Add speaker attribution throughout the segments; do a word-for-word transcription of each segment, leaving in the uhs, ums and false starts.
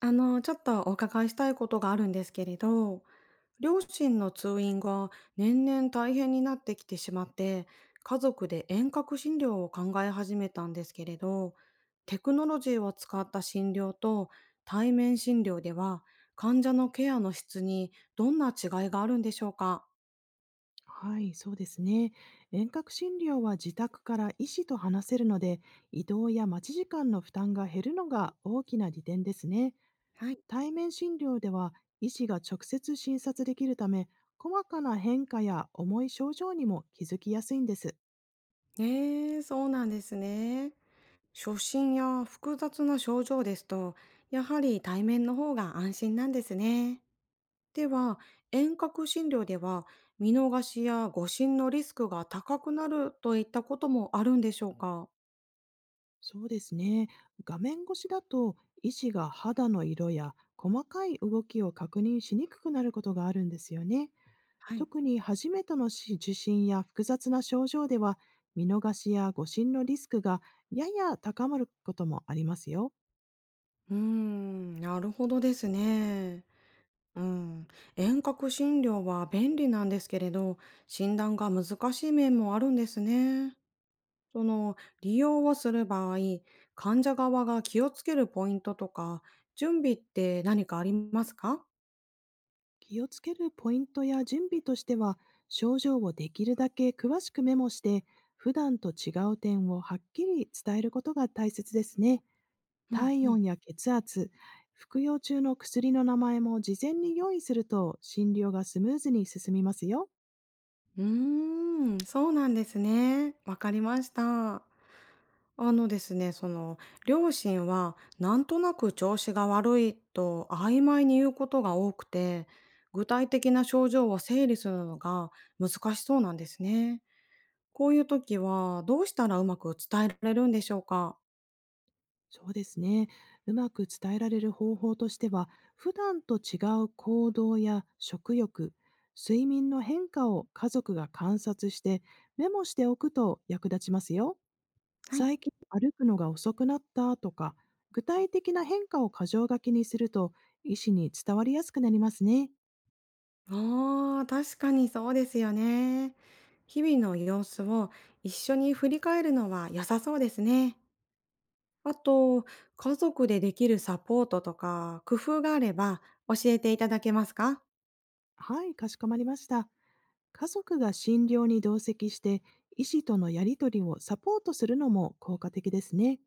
Speaker 1: あの、ちょっとお伺いしたいことがあるんですけれど、両親の通院が年々大変になってきてしまって、家族で遠隔診療を考え始めたんですけれど、テクノロジーを使った診療と対面診療では、患者のケアの質にどんな違いがあるんでしょうか？
Speaker 2: はい、そうですね。遠隔診療は自宅から医師と話せるので、移動や待ち時間の負担が減るのが大きな利点ですね。
Speaker 1: はい。
Speaker 2: 対面診療では、医師が直接診察できるため、細かな変化や重い症状にも気づきやすいんです。
Speaker 1: ええ、そうなんですね。初診や複雑な症状ですと、やはり対面の方が安心なんですね。では、遠隔診療では見逃しや誤診のリスクが高くなるといったこともあるんでしょうか？
Speaker 2: そうですね。画面越しだと、医師が肌の色や細かい動きを確認しにくくなることがあるんですよね。
Speaker 1: はい。
Speaker 2: 特に初めてのし受診や複雑な症状では、見逃しや誤診のリスクがやや高まることもありますよ。
Speaker 1: うーん、なるほどですね。うん、遠隔診療は便利なんですけれど、診断が難しい面もあるんですね。その利用をする場合、患者側が気をつけるポイントとか、準備って何かありますか？
Speaker 2: 気をつけるポイントや準備としては、症状をできるだけ詳しくメモして、普段と違う点をはっきり伝えることが大切ですね。
Speaker 1: うん
Speaker 2: 体
Speaker 1: うん。
Speaker 2: 温や血圧、服用中の薬の名前も事前に用意すると、診療がスムーズに進みますよ。
Speaker 1: うーん、そうなんですね。わかりました。あのですね、その、両親はなんとなく調子が悪いと曖昧に言うことが多くて、具体的な症状を整理するのが難しそうなんですね。こういう時はどうしたらうまく伝えられるんでしょうか？
Speaker 2: そうですね。うまく伝えられる方法としては、普段と違う行動や食欲、睡眠の変化を家族が観察してメモしておくと役立ちますよ。
Speaker 1: はい。
Speaker 2: 最近歩くのが遅くなったとか、具体的な変化を箇条書きにすると、医師に伝わりやすくなりますね。
Speaker 1: ああ、確かにそうですよね。日々の様子を一緒に振り返るのは良さそうですね。あと、家族でできるサポートとか工夫があれば教えていただけますか？
Speaker 2: はい、かしこまりました。家族が診療に同席して、医師とのやりとりをサポートするのも効果的ですね。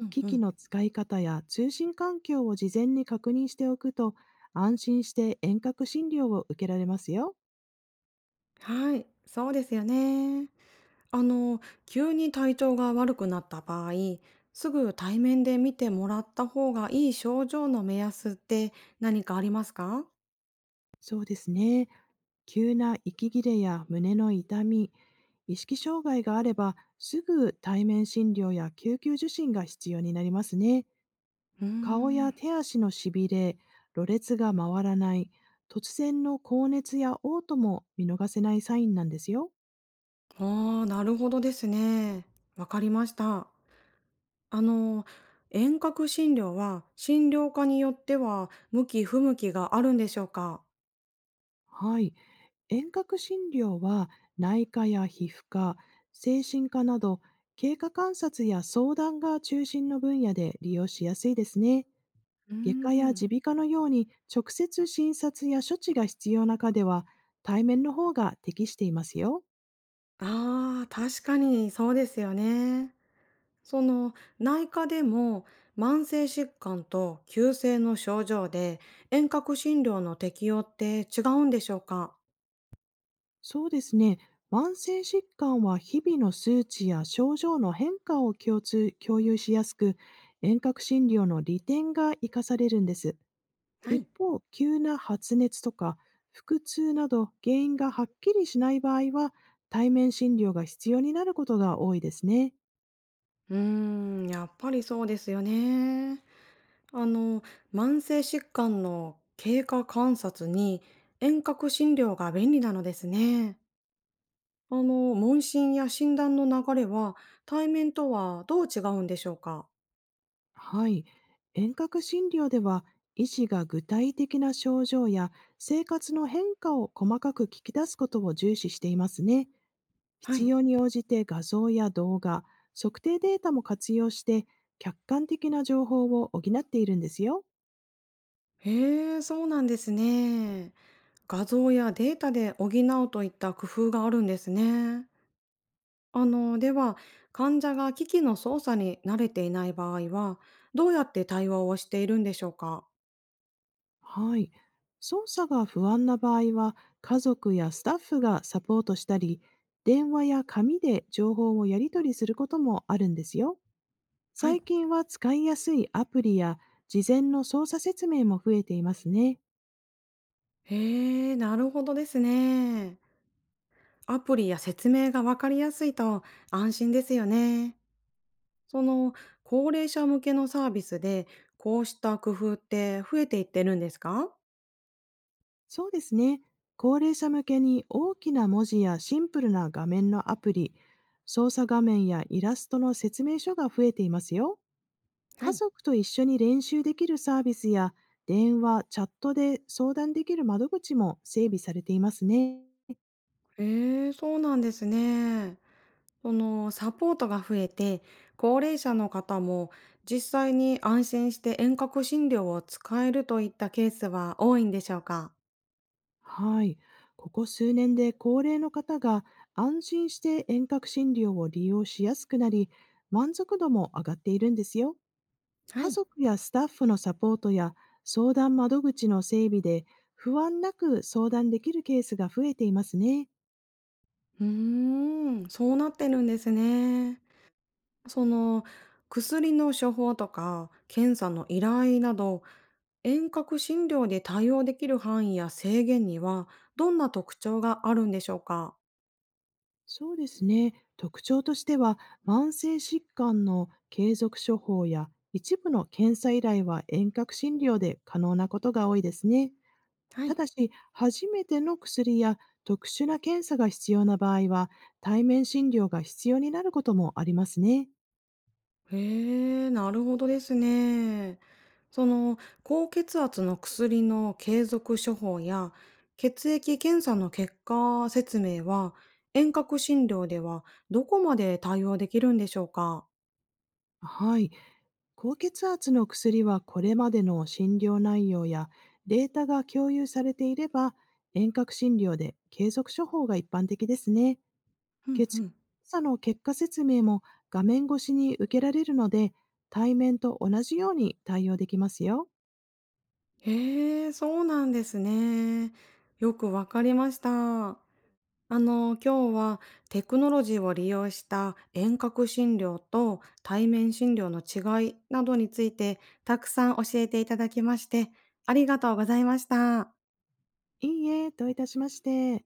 Speaker 1: うん
Speaker 2: 機
Speaker 1: う
Speaker 2: 器
Speaker 1: ん。
Speaker 2: の使い方や通信環境を事前に確認しておくと、安心して遠隔診療を受けられますよ。
Speaker 1: はい、そうですよね。あの、急に体調が悪くなった場合、すぐ対面で見てもらった方がいい症状の目安って何かありますか？
Speaker 2: そうですね。急な息切れや胸の痛み、意識障害があれば、すぐ対面診療や救急受診が必要になりますね。
Speaker 1: うー
Speaker 2: 顔や
Speaker 1: ん。
Speaker 2: 手足のしびれ、ろれつが回らない、突然の高熱や嘔吐も見逃せないサインなんですよ。
Speaker 1: ああ、なるほどですね。わかりました。あの、遠隔診療は診療科によっては向き不向きがあるんでしょうか？
Speaker 2: はい。遠隔診療は、内科や皮膚科、精神科など経過観察や相談が中心の分野で利用しやすいですね。
Speaker 1: うー
Speaker 2: 外科や
Speaker 1: ん。
Speaker 2: 耳鼻科のように直接診察や処置が必要な科では、対面の方が適していますよ。
Speaker 1: ああ、確かにそうですよね。その内科でも慢性疾患と急性の症状で遠隔診療の適用って違うんでしょうか？
Speaker 2: そうですね。慢性疾患は日々の数値や症状の変化を共通、共有しやすく、遠隔診療の利点が生かされるんです。
Speaker 1: は
Speaker 2: 一
Speaker 1: い。
Speaker 2: 方、急な発熱とか腹痛など原因がはっきりしない場合は、対面診療が必要になることが多いですね。
Speaker 1: うーん、やっぱりそうですよね。あの、慢性疾患の経過観察に遠隔診療が便利なのですね。あの、問診や診断の流れは対面とはどう違うんでしょうか？
Speaker 2: はい。遠隔診療では、医師が具体的な症状や生活の変化を細かく聞き出すことを重視していますね。
Speaker 1: は
Speaker 2: 必
Speaker 1: い。
Speaker 2: 要に応じて画像や動画、測定データも活用して、客観的な情報を補っているんですよ。
Speaker 1: へえ、そうなんですね。画像やデータで補うといった工夫があるんですね。あのでは患者が機器の操作に慣れていない場合はどうやって対話をしているんでしょうか？
Speaker 2: はい。操作が不安な場合は、家族やスタッフがサポートしたり、電話や紙で情報をやり取りすることもあるんですよ。
Speaker 1: はい。
Speaker 2: 最近は使いやすいアプリや事前の操作説明も増えていますね。
Speaker 1: へえなるほどですね。アプリや説明が分かりやすいと安心ですよね。その高齢者向けのサービスでこうした工夫って増えていってるんですか？
Speaker 2: そうですね。高齢者向けに大きな文字やシンプルな画面のアプリ、操作画面やイラストの説明書が増えていますよ。
Speaker 1: は
Speaker 2: 家
Speaker 1: い。
Speaker 2: 族と一緒に練習できるサービスや、電話、チャットで相談できる窓口も整備されていますね。
Speaker 1: へえそうなんですね。そのサポートが増えて、高齢者の方も実際に安心して遠隔診療を使えるといったケースは多いんでしょうか？
Speaker 2: はい。ここ数年で高齢の方が安心して遠隔診療を利用しやすくなり、満足度も上がっているんですよ。
Speaker 1: は
Speaker 2: 家
Speaker 1: い。
Speaker 2: 族やスタッフのサポートや相談窓口の整備で、不安なく相談できるケースが増えていますね。
Speaker 1: うーん、そうなってるんですね。その薬の処方とか検査の依頼など遠隔診療で対応できる範囲や制限にはどんな特徴があるんでしょうか？
Speaker 2: そうですね。特徴としては、慢性疾患の継続処方や一部の検査依頼は遠隔診療で可能なことが多いですね。
Speaker 1: は
Speaker 2: た
Speaker 1: い。
Speaker 2: だし、初めての薬や特殊な検査が必要な場合は、対面診療が必要になることもありますね。
Speaker 1: へえ、なるほどですね。その、高血圧の薬の継続処方や、血液検査の結果説明は、遠隔診療ではどこまで対応できるんでしょうか？
Speaker 2: はい。高血圧の薬はこれまでの診療内容やデータが共有されていれば、遠隔診療で継続処方が一般的ですね。
Speaker 1: うん
Speaker 2: け
Speaker 1: うん。
Speaker 2: 査の結果説明も画面越しに受けられるので、対面と同じように対応できますよ。
Speaker 1: へえ、そうなんですね。よくわかりました。あの、今日はテクノロジーを利用した遠隔診療と対面診療の違いなどについてたくさん教えていただきましてありがとうございました。
Speaker 2: いいえ、どういたしまして。